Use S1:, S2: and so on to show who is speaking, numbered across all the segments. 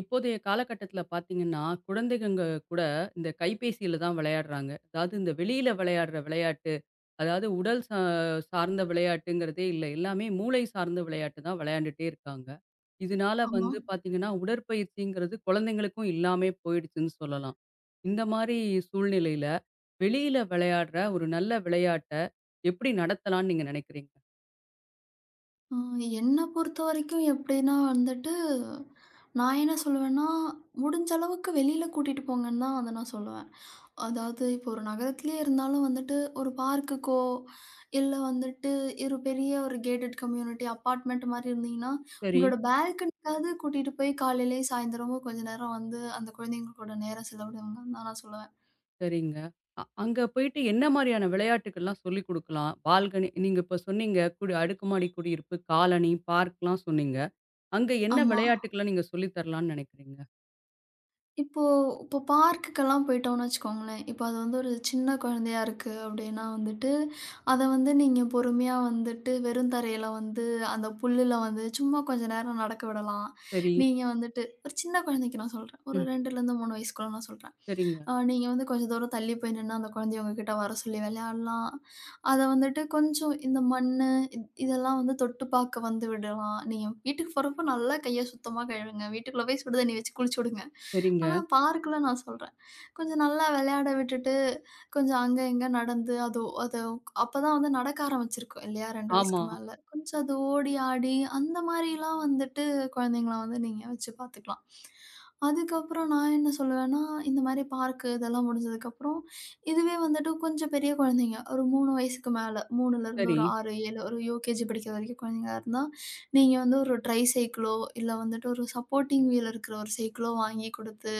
S1: இப்போதைய காலகட்டத்தில பார்த்தீங்கன்னா, குழந்தைகங்க கூட இந்த கைபேசியில தான் விளையாடுறாங்க. அதாவது இந்த வெளியில விளையாடுற விளையாட்டு, அதாவது உடல் சா சார்ந்த விளையாட்டுங்கிறதே இல்ல. எல்லாமே மூளை சார்ந்த விளையாட்டு தான் விளையாண்டுட்டே இருக்காங்க. இதனால
S2: ஆமா.
S1: வந்து பார்த்தீங்கன்னா, உடற்பயிற்சிங்கிறது குழந்தைங்களுக்கும் இல்லாமயே போயிடுச்சுன்னு சொல்லலாம். இந்த மாரி சூழ்நிலையில, வெளியில விளையாடுற ஒரு நல்ல விளையாட்ட எப்படி நடத்தலாம்னு நீங்க நினைக்கிறீங்க?
S2: அ என்ன பொறுத்தவரைக்கும் எப்படின்னா வந்துட்டு, நான் என்ன சொல்லுவேன்னா, முடிஞ்ச அளவுக்கு வெளியில கூட்டிட்டு போங்கன்னு தான் அத நான் சொல்லுவேன். அதாவது இப்போ ஒரு நகரத்திலேயே இருந்தாலும் வந்துட்டு, ஒரு பார்க்குக்கோ, இல்ல வந்துட்டு ஒரு பெரிய ஒரு கேட்டட் கம்யூனிட்டி அபார்ட்மெண்ட் மாரி இருந்தீங்கன்னா,
S1: சரி.
S2: உங்களோட பால்கனிக்காவது கூட்டிட்டு போய் காலையிலயும், சாயந்தரமும் கொஞ்ச நேரம் வந்து அந்த குழந்தைங்க கூட நேரம் செலவிடுங்கன்னு தான் நான் சொல்லுவேன்.
S1: சரிங்க. அங்க போயிட்டு என்ன மாரியான விளையாட்டுக்கள்லாம் சொல்லிக் குடுக்கலாம்? பால்கனி நீங்க இப்ப சொன்னீங்க, குடி அடுக்குமாடி குடியிருப்பு, காலனி, பார்க்லாம் சொன்னீங்க. அங்க என்ன
S2: ஆமா.
S1: விளையாட்டுக்கள்லாம் நீங்க சொல்லி தரலான்னு நெனைக்கிறீங்க?
S2: இப்போ இப்போ பார்க்குக்கெல்லாம் போயிட்டோம்னு வச்சுக்கோங்களேன். இப்போ அது வந்து ஒரு சின்ன குழந்தையா இருக்கு அப்படின்னா வந்துட்டு, அத வந்து நீங்க பொறுமையா வந்துட்டு வெறும் தரையில வந்து அந்த புல்லுல வந்து சும்மா கொஞ்ச நேரம் நடக்க விடலாம்.
S1: சரி.
S2: நீங்க வந்துட்டு ஒரு சின்ன குழந்தைக்கு நான் சொல்றேன். ஒரு
S1: ம்.
S2: 2லேருந்து 3 வயசுக்குள்ள நான் சொல்றேன்.
S1: சரிங்க,
S2: நீங்க வந்து கொஞ்சம் தூரம் தள்ளி போய் நின்னா, அந்த குழந்தைய உங்ககிட்ட வர சொல்லி விளையாடலாம். அத வந்துட்டு கொஞ்சம் இந்த மண்ணு இதெல்லாம் வந்து தொட்டு பார்க்க வந்து விடலாம். நீங்க வீட்டுக்கு போறப்போ நல்லா கைய சுத்தமா கழுவுங்க. வீட்டுக்குள்ள போய் சுடு தண்ணி வச்சு குளிச்சு விடுங்க. ஆனா
S1: சரிங்க.
S2: பார்க்ல நான் சொல்றேன். கொஞ்சம் நல்லா விளையாட விட்டுட்டு, கொஞ்சம் அங்க இங்க நடந்து அது அது அப்பதான் வந்து நடக்க ஆரம்பிச்சிருக்கும் இல்லையா, 2
S1: ஆமா.
S2: வயசுக்கு மேல. கொஞ்சம் அது ஓடி ஆடி அந்த மாரிலாம் வந்துட்டு குழந்தைங்கள வந்து நீங்க வச்சு பார்த்துக்கலாம். அதுக்கப்புறம் நான் என்ன சொல்லுவேன்னா, இந்த மாரி பார்க்கு இதெல்லாம் முடிஞ்சதுக்கப்புறம், இதுவே வந்துட்டு கொஞ்சம் பெரிய குழந்தைங்க, ஒரு 3 வயசுக்கு மேல, 3லருந்து
S1: சரி,
S2: ஒரு 6, 7 ஒரு யூகேஜி படிக்கிற வரைக்கும் குழந்தைங்களா இருந்தா, நீங்க வந்து ஒரு ட்ரை சைக்கிளோ, இல்ல வந்துட்டு ஒரு சப்போர்ட்டிங் வீல் இருக்கிற ஒரு சைக்கிளோ வாங்கி குடுத்து,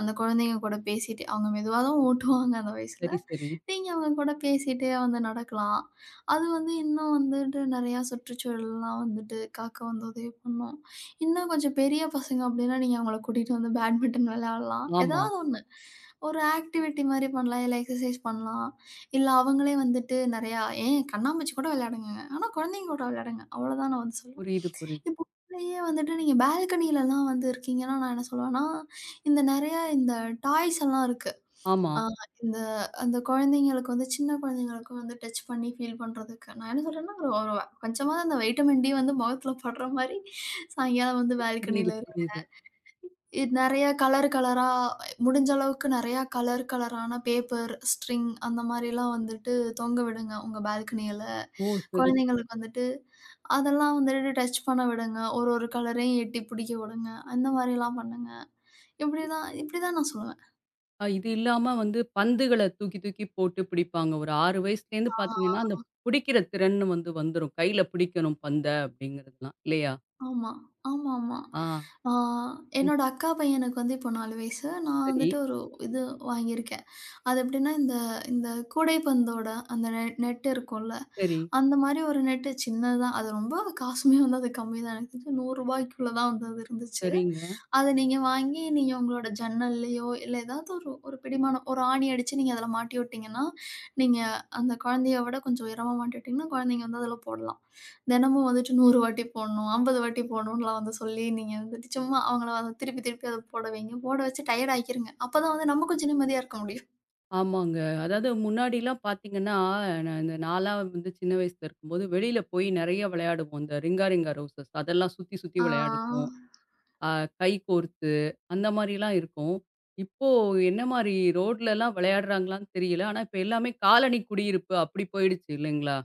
S2: அந்த குழந்தைங்க கூட பேசிட்டு அவங்க மெதுவா தான் ஓட்டுவாங்க அந்த வயசுல.
S1: சரி, சரி.
S2: நீங்க அவங்க கூட பேசிட்டே வந்து நடக்கலாம். அது வந்து இன்னும் வந்துட்டு நெறையா சுற்றுச்சூழல்லாம் வந்துட்டு காக்க வந்து உதவி பண்ணும். இன்னும் கொஞ்சம் பெரிய பசங்க அப்டின்னா, நீங்க அவங்கள கூட்டிட்டு வந்து பேட்மிண்டன் விளையாடலாம்.
S1: ஆமா.
S2: ஏதாவது ஒண்ணு. ஒரு ஆக்டிவிட்டி மாரி பண்ணலாம். இல்ல எக்சர்சைஸ் பண்ணலாம். இல்ல அவங்களே வந்துட்டு நெறையா ஏன் கண்ணாமூச்சி கூட விளையாடுங்க. ஆனா குழந்தைங்க கூட விளையாடுங்க. அவ்வளோதான் நான் வந்து சொல்லுவேன்.
S1: புரியுது, புரியுது.
S2: இப்போ உள்ளயே வந்துட்டு நீங்க பால்கனிலலாம் வந்து இருக்கீங்கன்னா, நான் என்ன சொல்லுவேன்னா, இந்த நெறையா டாய்ஸ் எல்லாம் இருக்கு.
S1: ஆமா.
S2: ஆ இந்த அந்த குழந்தைங்களுக்கு வந்து சின்ன குழந்தைங்களுக்கும் வந்து டச் பண்ணி ஃபீல் பண்றதுக்கு, நான் என்ன சொல்றேன்னா, ஒரு ஒரு கொஞ்சமாவது அந்த வைட்டமின் டி வந்து முகத்தில படுற மாரி சாயங்காலம் வந்து
S1: புரியுது,
S2: பால்கனியில
S1: புரியுது.
S2: இது நெறைய கலர் கலரா முடிஞ்ச அளவுக்கு நெறையா கலர் கலரான பேப்பர், ஸ்ட்ரிங் அந்த மாரிலாம் வந்துட்டு தொங்க விடுங்க உங்க பால்கனியில.
S1: ஓ! சரி, சரி.
S2: குழந்தைங்களுக்கு வந்துட்டு அதெல்லாம் வந்துட்டு டச் பண்ண விடுங்க. ஒரு ஒரு கலரையும் எட்டி பிடிக்க விடுங்க. அந்த மாரிலாம் பண்ணுங்க. இப்படிதான் இப்படிதான் நான் சொல்லுவேன்.
S1: இது இல்லாம வந்து பந்துகள தூக்கி தூக்கி போட்டு பிடிப்பாங்க. ஒரு 6 வயசுலேருந்து
S2: ஆ.
S1: பார்த்தீங்கன்னா, அந்த பிடிக்கிற திறன்னு வந்து வந்துரும். கையில பிடிக்கணும் பந்த அப்படிங்கிறதுலாம் இல்லையா?
S2: ஆமா. ஆமாமா.
S1: ஆ.
S2: ஆ என்னோட அக்கா பையனுக்கு வந்து இப்போ 4 வயசு. நான்
S1: சரி,
S2: வந்துட்டு ஒரு இது வாங்கியிருக்கேன். அது எப்படின்னா, இந்த இந்த கூடைப்பந்தோட அந்த நெட் இருக்கும்ல,
S1: சரி,
S2: அந்த மாரி ஒரு நெட்டு சின்னதா அது ரொம்ப காசுமே வந்து அது கம்மி தான். எனக்கு தெரிஞ்சு ரூ. 100க்குள்ள தான் வந்து அது இருந்துச்சு.
S1: சரிங்க.
S2: அத நீங்க வாங்கி நீங்க உங்களோட ஜன்னல்லயோ, இல்ல ஏதாவது ஒரு ஒரு பிடிமானம் ஒரு ஆணி அடிச்சு நீங்க அதுல மாட்டி விட்டீங்கன்னா, நீங்க அந்த குழந்தைய விட கொஞ்சம் உயரமா மாட்டி விட்டீங்கன்னா, குழந்தைங்க வந்து அதுல போடலாம். தினமும் வந்துட்டு 100 வாட்டி போடணும், 50 வாட்டி போடணும்லாம் வந்து சொல்லி நீங்க வந்துட்டு சும்மா அவங்கள வந்து திருப்பி திருப்பி அத போட வைங்க. போட வச்சு டயர்ட் ஆக்கிருங்க. அப்பதான் வந்து நம்ம கொஞ்சம் நிம்மதியா இருக்க முடியும்.
S1: ஆமாங்க. அதாவது முன்னாடிலாம் பார்த்தீங்கன்னா, நான்லாம் வந்து சின்ன வயசுல இருக்கும்போது, வெளியில போய் நெறைய விளையாடுவோம். இந்த ரிங்கா ரிங்கா ரோசஸ் அதெல்லாம் சுத்தி சுத்தி
S2: ஆ.
S1: விளையாடுவோம். அ கை கோர்த்து அந்த மாரிலாம் இருக்கும். இப்போ என்ன மாரி ரோட்லலாம் விளையாடுறாங்களான்னு தெரியல. ஆனா இப்ப எல்லாமே காலனி குடியிருப்பு அப்படி போயிடுச்சு இல்லைங்களா?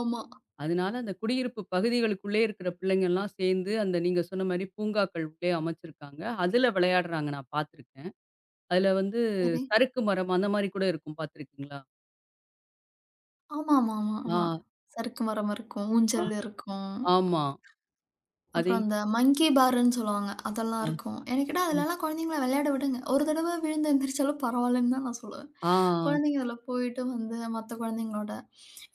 S2: ஆமா.
S1: அதனால அந்த குடியிருப்பு பகுதிகளுக்குள்ளே இருக்கிற பிள்ளைங்கலாம் சேர்ந்து, அந்த நீங்க சொன்ன மாரி பூங்காக்கள் உள்ளே அமைச்சிருக்காங்க. அதுல விளையாடுறாங்க நான் பார்த்துருக்கேன். அதுல வந்து
S2: சரி.
S1: சறுக்கு மரம் அந்த மாரி கூட இருக்கும் பார்த்துருக்கீங்களா?
S2: ஆமாமாமா, ஆமா. ஆமா,
S1: ஆ,
S2: ஆமா, சறுக்கு மரம் இருக்கும்,
S1: ஆ,
S2: ஊஞ்சல் இருக்கும்.
S1: ஆமா. அதே
S2: அப்புறம் அந்த மங்கி பார்ன்னு சொல்லுவாங்க. அதெல்லாம்
S1: ஆ,
S2: இருக்கும். எனக்கு கேட்டா
S1: ஆ,
S2: அதுலலாம் குழந்தைங்கள விளையாட விடுங்க. ஒரு தடவ விழுந்து எந்திரிச்சாலும் பரவாயில்லன்னு தான் நான் சொல்லுவேன்.
S1: ஆ,
S2: குழந்தைங்க அதுல போயிட்டு வந்து மத்த குழந்தைங்களோட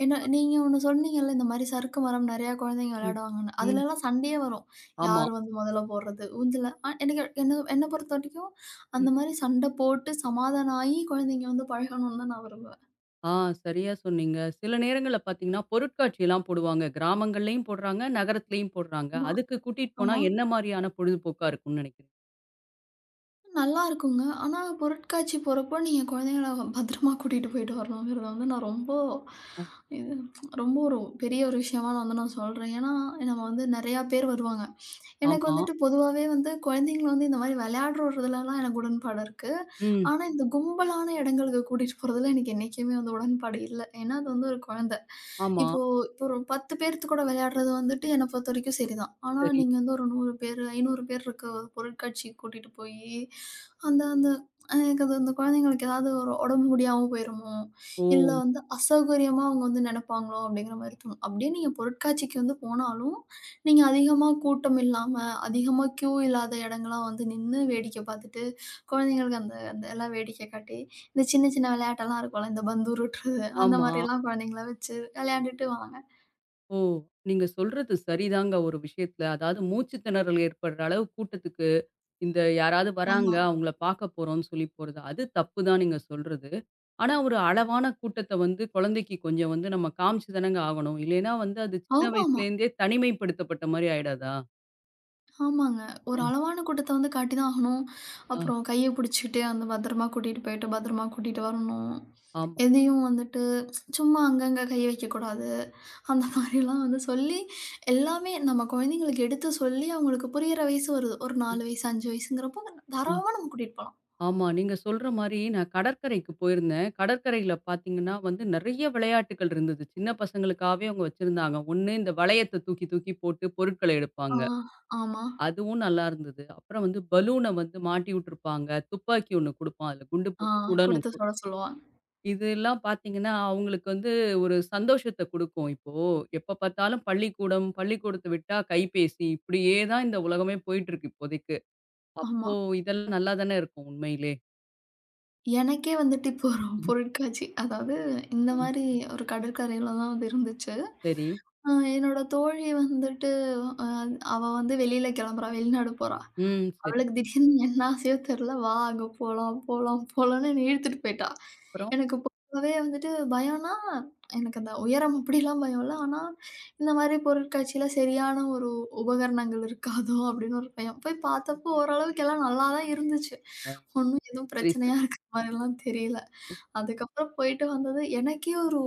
S2: ஏன்னா நீங்க ஒண்ணு சொன்னீங்கல்ல, இந்த மாரி சறுக்கு மரம் நெறையா குழந்தைங்க
S1: ம்,
S2: விளையாடுவாங்கன்னு.
S1: ம்.
S2: அதுலலாம் சண்டையே வரும்.
S1: ஆமா.
S2: யார் வந்து முதல்ல போடுறது? ஊஞ்சல்ல எனக்கு என்ன என்ன பொறுத்தவரைக்கும்
S1: ம்.
S2: அந்த மாரி சண்டை போட்டு சமாதானம் ஆயி குழந்தைங்க வந்து பழகணும்னு தான் நான் விரும்புவேன்.
S1: ஆ சரியா சொன்னீங்க. சில நேரங்கள்ல பார்த்தீங்கன்னா, பொருட்காட்சிலாம் போடுவாங்க. கிராமங்கள்லயும் போடுறாங்க, நகரத்திலயும் போடுறாங்க.
S2: ஆமா,
S1: அதுக்கு கூட்டிட்டு போனா
S2: ஆமா.
S1: என்ன மாரியான பொழுதுபோக்கா இருக்கும்னு நினைக்கிறீங்க?
S2: நல்லா இருக்குங்க. ஆனா பொருட்காட்சி போறப்போ, நீங்க குழந்தைங்கள பத்திரமா கூட்டிட்டு போயிட்டு வரணுங்கிறத வந்து நான் ரொம்ப
S1: அ,
S2: இது ரொம்ப ஒரு பெரிய ஒரு விஷயமா நான் வந்து நான் சொல்றேன். ஏன்னா, நம்ம வந்து நெறையா பேர் வருவாங்க. எனக்கு
S1: ஆமா.
S2: வந்துட்டு பொதுவாவே வந்து குழந்தைங்கள வந்து இந்த மாரி விளையாடுற ஒரு இதுலலாம் எனக்கு உடன்பாடு இருக்கு.
S1: ம்.
S2: ஆனா இந்த கும்பலான இடங்களுக்கு கூட்டிட்டு போறதுல எனக்கு என்னைக்குமே வந்து உடன்பாடு இல்ல. ஏன்னா, அது வந்து ஒரு குழந்த.
S1: ஆமா.
S2: இப்போ இப்போ ஒரு 10 பேர்த்து கூட விளையாடுறது வந்துட்டு என்ன பொறுத்த வரைக்கும் சரிதான். ஆனா,
S1: சரி.
S2: நீங்க வந்து ஒரு 100 பேரு, 500 பேர் இருக்க ஒரு பொருட்காட்சிக்கு கூட்டிட்டு போயி, அந்த அந்த எனக்கு அது அந்த குழந்தைங்களுக்கு ஏதாவது ஒரு உடம்பு முடியாம போயிருமோ,
S1: ஓ!
S2: இல்ல வந்து அசௌகரியமா அவங்க வந்து நெனப்பாங்களோ அப்படிங்கிற மாரி தோணும். அப்படியே நீங்க பொருட்காட்சிக்கு வந்து போனாலும், நீங்க அதிகமா கூட்டம் இல்லாம, அதிகமா கியூ இல்லாத இடங்களா வந்து நின்னு வேடிக்கை பார்த்துட்டு, குழந்தைங்களுக்கு அந்த அந்த எல்லாம் வேடிக்கை காட்டி, இந்த சின்ன சின்ன விளையாட்டெல்லாம் இருக்கும்ல, இந்த பந்து உருட்டுறது அந்த
S1: ஆமா.
S2: மாரிலாம் குழந்தைங்கள வச்சு விளையாண்டுட்டு வாங்க.
S1: ஓ! நீங்க சொல்றது சரிதாங்க ஒரு விஷயத்துல. அதாவது மூச்சு திணறல் ஏற்படுற அளவு கூட்டத்துக்கு இந்த யாராவது வராங்க,
S2: ஆமா.
S1: அவங்கள பார்க்க போறோம்னு சொல்லி போறது. அது தப்பு தான் நீங்க சொல்றது. ஆனா, ஒரு அளவான கூட்டத்த வந்து குழந்தைக்கு கொஞ்சம் வந்து நம்ம காமிச்சு தானங்க ஆகணும். இல்லைன்னா வந்து அது சின்ன
S2: ஆமாமா.
S1: வயசுலேருந்தே தனிமைப்படுத்தப்பட்ட மாரி ஆயிடாதா?
S2: ஆமாங்க.
S1: ஆ,
S2: ஒரு அளவான கூட்டத்த வந்து காட்டி தான் ஆகணும்.
S1: ஆ,
S2: அப்புறம் கைய பிடிச்சுக்கிட்டு, அந்த பத்திரமா கூட்டிட்டு போயிட்டு, பத்திரமா கூட்டிட்டு வரணும்.
S1: ஆமா.
S2: எதையும் வந்துட்டு சும்மா அங்கங்க கை வைக்கக்கூடாது. அந்த மாரிலாம் வந்து சொல்லி, எல்லாமே நம்ம குழந்தைங்களுக்கு எடுத்து சொல்லி, அவங்களுக்கு புரியிற வயசு வருது. ஒரு
S1: ம்,
S2: 4 வயசு, 5 வயசுங்கிறப்போ,
S1: ம்.
S2: தாராளமா நம்ம கூட்டிட்டு போலாம்.
S1: ஆமா. நீங்க சொல்ற மாரி நான் கடற்கரைக்கு போயிருந்தேன். கடற்கரையில பார்த்தீங்கன்னா வந்து நெறைய விளையாட்டுக்கள் இருந்தது. சின்ன பசங்களுக்காகவே அவங்க வச்சிருந்தாங்க. ஒண்ணு இந்த வளையத்த தூக்கி தூக்கி போட்டு பொருட்கள
S2: ஆ,
S1: எடுப்பாங்க.
S2: ஆமா.
S1: அதுவும் நல்லா இருந்தது. அப்புறம் வந்து பலூன வந்து மாட்டி விட்டுருப்பாங்க. துப்பாக்கி ஒண்ணு குடுப்பான். அதுல குண்டு
S2: ஆ
S1: போட்டு சுடணும்.
S2: குடுத்து சொல்ல சொல்லுவாங்க.
S1: இதெல்லாம் பார்த்தீங்கன்னா, அவங்களுக்கு வந்து ஒரு சந்தோஷத்த குடுக்கும். இப்போ எப்ப பார்த்தாலும் பள்ளிக்கூடம், பள்ளிக்கூடத்த விட்டா கைபேசி இப்படியே தான் இந்த உலகமே போயிட்டுருக்கு இப்போதைக்கு.
S2: ஆமா.
S1: அப்போ இதெல்லாம் நல்லா தானே இருக்கும் உண்மையிலே.
S2: எனக்கே வந்துட்டு இப்போ ஒரு
S1: ம்.
S2: பொருட்காட்சி அதாவது இந்த
S1: ஆ,
S2: மாரி ஒரு கடற்கரையில தான் வந்து இருந்துச்சு.
S1: சரி.
S2: அ என்னோட தோழி வந்துட்டு அ அவ வந்து வெளியில கிளம்புறா, வெளிநாடு போறா.
S1: ம். சரி.
S2: அவளுக்கு திடீர்னு என்ன ஆசையோ தெர்ல, "வா அங்க போலாம், போலாம், போலாம்ன்னு" என்னைய இழுத்துட்டு போயிட்டா.
S1: அப்புறம்?
S2: எனக்கு பொதுவாவே வந்துட்டு பயம்ன்னா, எனக்கு அந்த உயரம் அப்படிலாம் பயம் இல்ல. ஆனா, இந்த மாரி பொருட்காட்சியில சரியான ஒரு உபகரணங்கள் இருக்காதோ அப்படின்னு ஒரு பயம். போய் பார்த்தப்போ ஓரளவுக்கு எல்லாம் நல்லா தான் இருந்துச்சு.
S1: அ
S2: ஒண்ணும் எதுவும்
S1: சரி,
S2: பிரச்சனையா
S1: சரி.
S2: இருக்கிற மாரிலாம் தெரியல. அதுக்கப்புறம் போயிட்டு வந்தது எனக்கே ஒரு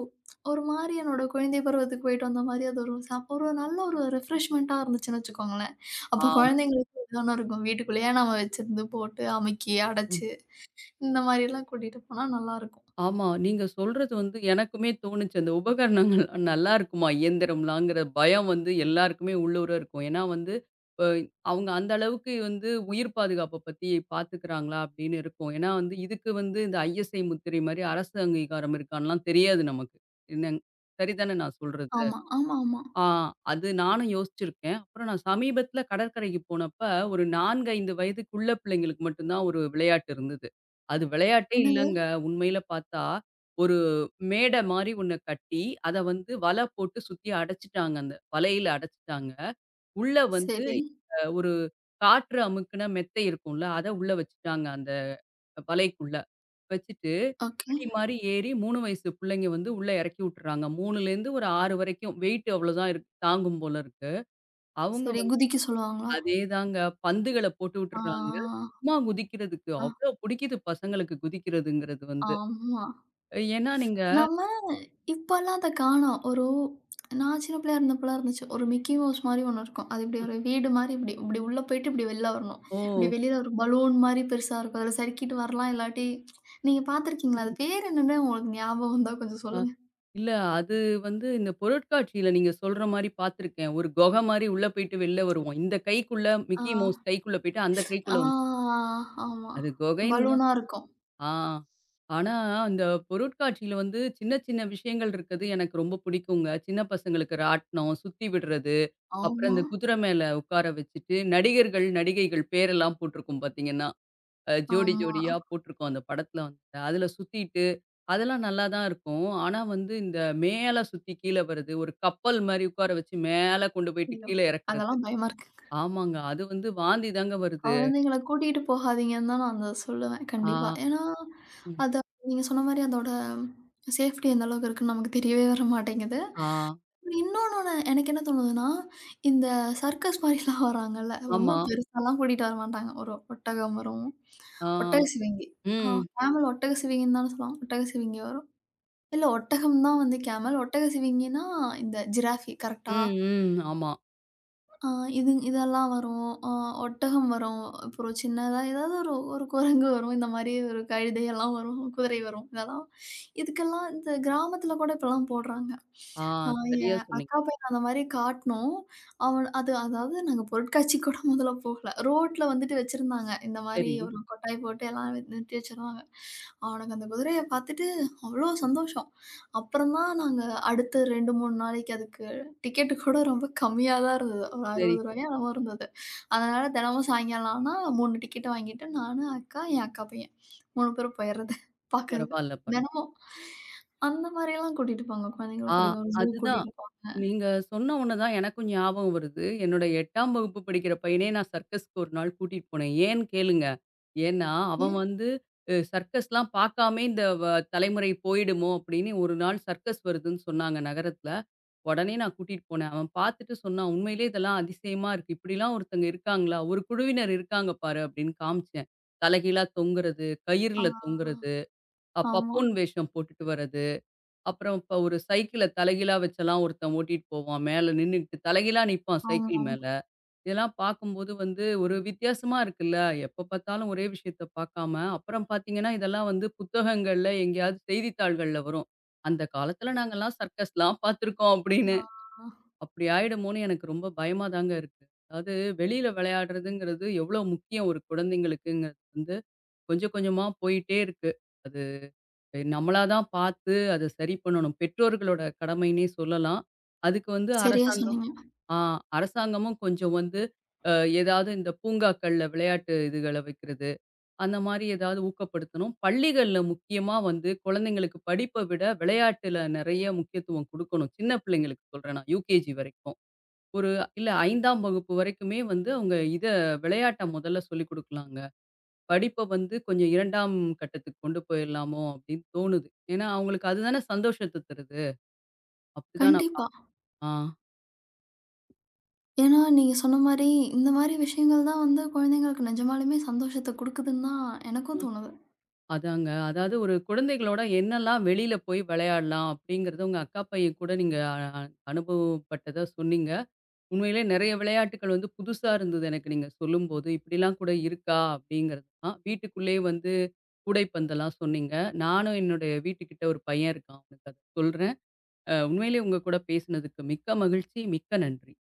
S2: ஒரு மாரி என்னோட குழந்தை பருவத்துக்கு போயிட்டு வந்த மாரி அது ஒரு ஒரு நல்ல ஒரு ரிஃப்ரெஷ்மென்ட்டா இருந்துச்சுன்னு வச்சுக்கோங்களேன். அப்போ
S1: ஆ.
S2: குழந்தைங்களுக்கு தான இருக்கும். வீட்டுக்குள்ளேயே நம்ம வச்சிருந்து போட்டு அமுக்கி, அடைச்சு இந்த மாரிலாம் கூட்டிட்டு போனா நல்லாருக்கும்.
S1: ஆமா. நீங்க சொல்றது வந்து எனக்குமே தோணுச்சு. அந்த உபகரணங்கள் நல்லா இருக்குமா இயந்திரம்லாங்கிற பயம் வந்து எல்லாருக்குமே உள்ளூர இருக்கும். ஏன்னா வந்து அ அவங்க அந்த அளவுக்கு வந்து உயிர் பாதுகாப்ப பத்தி பார்த்துக்கிறாங்களா அப்படின்னு இருக்கும். ஏன்னா வந்து இதுக்கு வந்து இந்த ISI முத்திரை மாரி அரசு அங்கீகாரம் இருக்கான்லாம் தெரியாது நமக்கு. என்ன சரிதானே நான் சொல்றது?
S2: ஆமா, ஆமா, ஆமா.
S1: ஆ அது நானும் யோசிச்சிருக்கேன். அப்புறம் நான் சமீபத்தில கடற்கரைக்கு போனப்ப, ஒரு 4, 5 வயதுக்குள்ள பிள்ளைங்களுக்கு மட்டும் தான் ஒரு விளையாட்டு இருந்தது. அது விளையாட்டே
S2: என்னது?
S1: இல்லங்க. உண்மையில பார்த்தா, ஒரு மேடை மாரி ஒண்ணு கட்டி, அத வந்து வலை போட்டு சுத்தி அடைச்சுட்டாங்க. அந்த வலையில அடைச்சுட்டாங்க. உள்ள வந்து
S2: சரி.
S1: ஒரு காற்று அமுக்குன மெத்தை இருக்கும்ல, அத உள்ள வச்சுட்டாங்க. அந்த வலைக்குள்ள. வச்சுட்டு
S2: ஓகே.
S1: படி மாரி ஏறி 3 வயசு பிள்ளைங்க வந்து உள்ள இறக்கி விட்டுர்றாங்க. 3லேருந்து ஒரு 6 வரைக்கும் வெயிட் அவ்வளோதான் இருக்கு தாங்கும் போல இருக்கு. அவங்க
S2: சரி,
S1: வந்து
S2: குதிக்க சொல்லுவாங்களா?
S1: அதேதாங்க பந்துகள போட்டு விட்டுர்றாங்க.
S2: ஆ,
S1: சும்மா குதிக்கிறதுக்கு
S2: ஆ,
S1: அவ்ளோ புடிக்குது பசங்களுக்கு குதிக்கிறதுங்கிறது வந்து.
S2: ஆமா.
S1: ஏன்னா நீங்க
S2: நம்ம இப்பல்லாம் அத காணோம். ஒரு நான் சின்ன பிள்ளையா இருந்தப்பலாம் இருந்துச்சு. ஒரு மிக்கி மவுஸ் மாரி ஒண்ணு இருக்கும். அது இப்டி ஒரு வீடு மாரி இப்டி இப்டி உள்ள போயிட்டு இப்டி வெளில வரணும். இப்டி
S1: ஓ!
S2: வெளில ஒரு பலூன் மாரி பெருசா இருக்கும். அதுல சறுக்கிட்டு வரலாம். இல்லாட்டி நீங்க பார்த்துருக்கீங்களா? அது
S1: ம்.
S2: பேர் என்னன்னு உங்களுக்கு ஞாபகம் வந்தா கொஞ்சம்
S1: அ
S2: சொல்லுங்க?
S1: இல்ல அது வந்து இந்த பொருட்காட்சியில நீங்க சொல்ற மாரி பார்த்துருக்கேன். ஒரு குகை மாரி உள்ள போயிட்டு வெளில வருவோம். இந்த கைக்குள்ள
S2: ஆ,
S1: மிக்கி மவுஸ் கைக்குள்ள போயிட்டு அந்த
S2: ஆ,
S1: கைக்குள்ள வந்து
S2: ஆமா.
S1: அது குகைன்னு
S2: பலூனா இருக்கும்.
S1: ஆ. ஆனா, அந்த பொருட்காட்சியில வந்து சின்ன, சின்ன விஷயங்கள் இருக்குது எனக்கு ரொம்ப பிடிக்குங்க. சின்ன பசங்களுக்கு ராட்டினம், சுத்தி விடுறது, அப்புறம்
S2: ஆமா,
S1: இந்த குதிரை மேல உட்கார வச்சுட்டு, நடிகர்கள், நடிகைகள் பேரெல்லாம் போட்டிருக்கும் பார்த்தீங்கன்னா, ஜோடி,
S2: ஆமா.
S1: ஜோடியா போட்டிருக்கும் அந்த படத்துல வந்து. அதுல சுத்திட்டு, அதெல்லாம் நல்லா தான் இருக்கும். ஆனா வந்து இந்த மேல சுத்தி கீழ வர்றது, ஒரு கப்பல் மாரி உட்கார வச்சு மேல கொண்டு போயிட்டு
S2: ஐயோ!
S1: கீழ இறக்குறது.
S2: அதெல்லாம் பயமா இருக்கு.
S1: ஆமாங்க. அது வந்து வாந்தி தாங்க வருது.
S2: குழந்தைங்கள கூட்டிட்டு போகாதீங்கன்னு தான் நான் அத சொல்லுவேன் கண்டிப்பா.
S1: ஆ.
S2: ஏன்னா,
S1: ம்.
S2: அது நீங்க சொன்ன மாரி அதோட சேஃப்டி எந்த அளவுக்கு இருக்குன்னு நமக்கு தெரியவே வர மாட்டேங்குது.
S1: ஆ.
S2: இன்னொன்னு ஒண்ணு எனக்கு என்ன தோணுதுன்னா, இந்த சர்க்கஸ் மாரிலாம் வராங்கல்ல,
S1: ஆமா.
S2: ஒண்ணும் பெருசாலாம் கூட்டிட்டு வரமாட்டாங்க. ஒரு ஒட்டகம் வரும்.
S1: ஆ.
S2: ஒட்டக சிவிங்கி. ஆ
S1: ம்.
S2: கேமல் ஒட்டக சிவிங்கின்னு தானே சொல்லுவாங்க. ஒட்டக சிவிங்கி வரும். இல்ல ஒட்டகம் தான் வந்து கேமல். ஒட்டக சிவிங்கின்னா இந்த ஜிராஃபி கரெக்ட்டா?
S1: ம், ம். ஆமா.
S2: ஆ இது இதெல்லாம் வரும். ஒட்டகம் வரும். அப்புறம் ஒரு சின்னதா ஏதாவது ஒரு ஒரு குரங்கு வரும். இந்த மாரி ஒரு கழுதை எல்லாம் வரும். குதிரை வரும். இதெல்லாம் இதுக்கெல்லாம் இந்த கிராமத்துல கூட இப்பலாம் போடுறாங்க.
S1: ஆ
S2: ஆ
S1: சரியா
S2: என்
S1: சொன்னீங்க.
S2: அக்கா பையன் அந்த மாரி காட்னோம். அவன் அது அதாவது நாங்க பொருட்காட்சிக்கு கூட முதல்ல போகல. ரோட்ல வந்துட்டு வச்சிருந்தாங்க. இந்த மாரி
S1: சரி,
S2: ஒரு கொட்டாய் போட்டு எல்லாம் நிறுத்தி வச்சிருவாங்க. அவனுக்கு அந்த குதிரைய பார்த்துட்டு அவ்ளோ சந்தோஷம். அப்புறம் தான் நாங்க அடுத்த 2, 3 நாளைக்கு அதுக்கு டிக்கெட் கூட ரொம்ப கம்மியா தான் இருந்தது. ஒரு ரூ.
S1: சரி.
S2: 60 என்னமோ இருந்தது. அதனால தினமும் சாயங்காலம் ஆனா 3 டிக்கெட் வாங்கிட்டு நானு, அக்கா, என் அக்கா பையன் 3 பேரும் போயிறது. பார்க்கறது.
S1: பரவால்ல, பரவால்ல.
S2: தினமும். அந்த மாரியெல்லாம் கூட்டிட்டு போங்க. குழந்தைங்களுக்கு
S1: ஆ,
S2: பிடிக்கும். ஒரு ஜூ
S1: அதுதான்.
S2: கூட்டிட்டு போங்க.
S1: நீங்க சொன்ன ஒன்ன தான் எனக்கும் ஞாபகம் வருது. என்னோட 8ஆம் வகுப்பு படிக்கிற பையனே நான் சர்க்கஸ்க்கு ஒரு நாள் கூட்டிட்டு போனேன். ஏன்னு கேளுங்க. ஏன்னா, அவன்
S2: ஏன்
S1: வந்து சர்க்கஸ்லாம் பார்க்காமே இந்த தலைமுறை போயிடுமோ அப்படின்னு ஒரு நாள் சர்க்கஸ் வருதுன்னு சொன்னாங்க நகரத்தில. உடனே நான் கூட்டிட்டு போனேன். அவன் பார்த்துட்டு சொன்னான், "உண்மையிலேயே இதெல்லாம் அதிசயமா இருக்கு. இப்படிலாம் ஒருத்தங்க இருக்காங்களா? ஒரு குழுவினர் இருக்காங்க பாரு" அப்படின்னு காமிச்சேன். தலைகீழா தொங்குறது,
S2: ஆ
S1: கயிறுல தொங்குறது,
S2: ஆமா,
S1: பப்பூன் வேஷம் போட்டுட்டு வர்றது. அப்புறம் இப்ப ஒரு சைக்கிள தலைகீழா வச்செல்லாம் ஒருத்தன் ஓட்டிட்டு போவான். மேல நின்னுகிட்டு தலைகீழா நிப்பான் சைக்கிள்
S2: ஆமாமா.
S1: மேல. இதெல்லாம் பார்க்கும்போது வந்து ஒரு வித்தியாசமா இருக்குல்ல. எப்ப பார்த்தாலும் ஒரே விஷயத்த பார்க்காம, அப்புறம் பார்த்தீங்கன்னா, இதெல்லாம் வந்து புத்தகங்கள்ல எங்கேயாவது செய்தித்தாள்கள்ல வரும். "அந்த காலத்துல நாங்கலாம் சர்க்கஸ்லாம் பார்த்துருக்கோம்" அப்படின்னு.
S2: ஆ
S1: அப்படி ஆயிடுமோன்னு எனக்கு ரொம்ப பயமா தாங்க இருக்கு. அதாவது வெளியில விளையாடுறதுங்கிறது எவ்வளோ முக்கியம் ஒரு குழந்தைங்களுக்குங்கிறது வந்து கொஞ்சம் கொஞ்சமா போயிட்டே இருக்கு. அது நம்மளா தான் பார்த்து அத சரி பண்ணணும். பெற்றோர்களோட கடமைன்னே சொல்லலாம். அதுக்கு வந்து
S2: சரியா
S1: அரசாங்கம்
S2: சொன்னீங்க.
S1: ஆ அரசாங்கமும் கொஞ்சம் வந்து அ ஏதாவது இந்த பூங்காக்கள்ல விளையாட்டு இதுகள வைக்கிறது, அந்த மாரி ஏதாவது ஊக்கப்படுத்தணும். பள்ளிகள்ல முக்கியமா வந்து குழந்தைங்களுக்கு படிப்ப விட விளையாட்டுல நெறைய முக்கியத்துவம் குடுக்கணும். சின்ன பிள்ளைங்களுக்கு சொல்றேன் நான் யுகேஜி வரைக்கும். ஒரு இல்ல 5ஆம் வகுப்பு வரைக்குமே வந்து அவங்க இத விளையாட்ட முதல்ல சொல்லிக் குடுக்கலாங்க. படிப்ப வந்து கொஞ்சம் 2ஆம் கட்டத்துக்கு கொண்டு போயிரலாமோ! அப்டின்னு தோணுது. ஏன்னா, அவங்களுக்கு அதுதானே சந்தோஷத்த தருது. அப்டிதான் நான்
S2: கண்டிப்பா.
S1: பாக் ஆ
S2: ஏன்னா நீங்க சொன்ன மாரி, இந்த மாரி விஷயங்கள் தான் வந்து குழந்தைங்களுக்கு நிஜமாலுமே சந்தோஷத்த குடுக்குதுன்னு தான் எனக்கும் தோணுது.
S1: அதாங்க. அதாவது ஒரு குழந்தைகளோட என்னலாம் வெளியில போய் விளையாடலாம் அப்டிங்கிறத உங்க அக்கா பையன் கூட நீங்க அ அ அனுபவப்பட்டதா சொன்னீங்க. உண்மையிலே நெறைய விளையாட்டுகள் வந்து புதுசா இருந்தது எனக்கு நீங்க சொல்லும்போது. இப்டிலாம் கூட இருக்கா அப்டிங்கிறது தான். வீட்டுக்குள்ளேயே வந்து கூடைப்பந்தெல்லாம் சொன்னீங்க. நானும் என்னுடைய வீட்டுக்கிட்ட ஒரு பையன் இருக்கான். அவனுக்கு அத சொல்றேன். உண்மையிலேயே உங்க கூட பேசினதுக்கு மிக்க மகிழ்ச்சி. மிக்க நன்றி.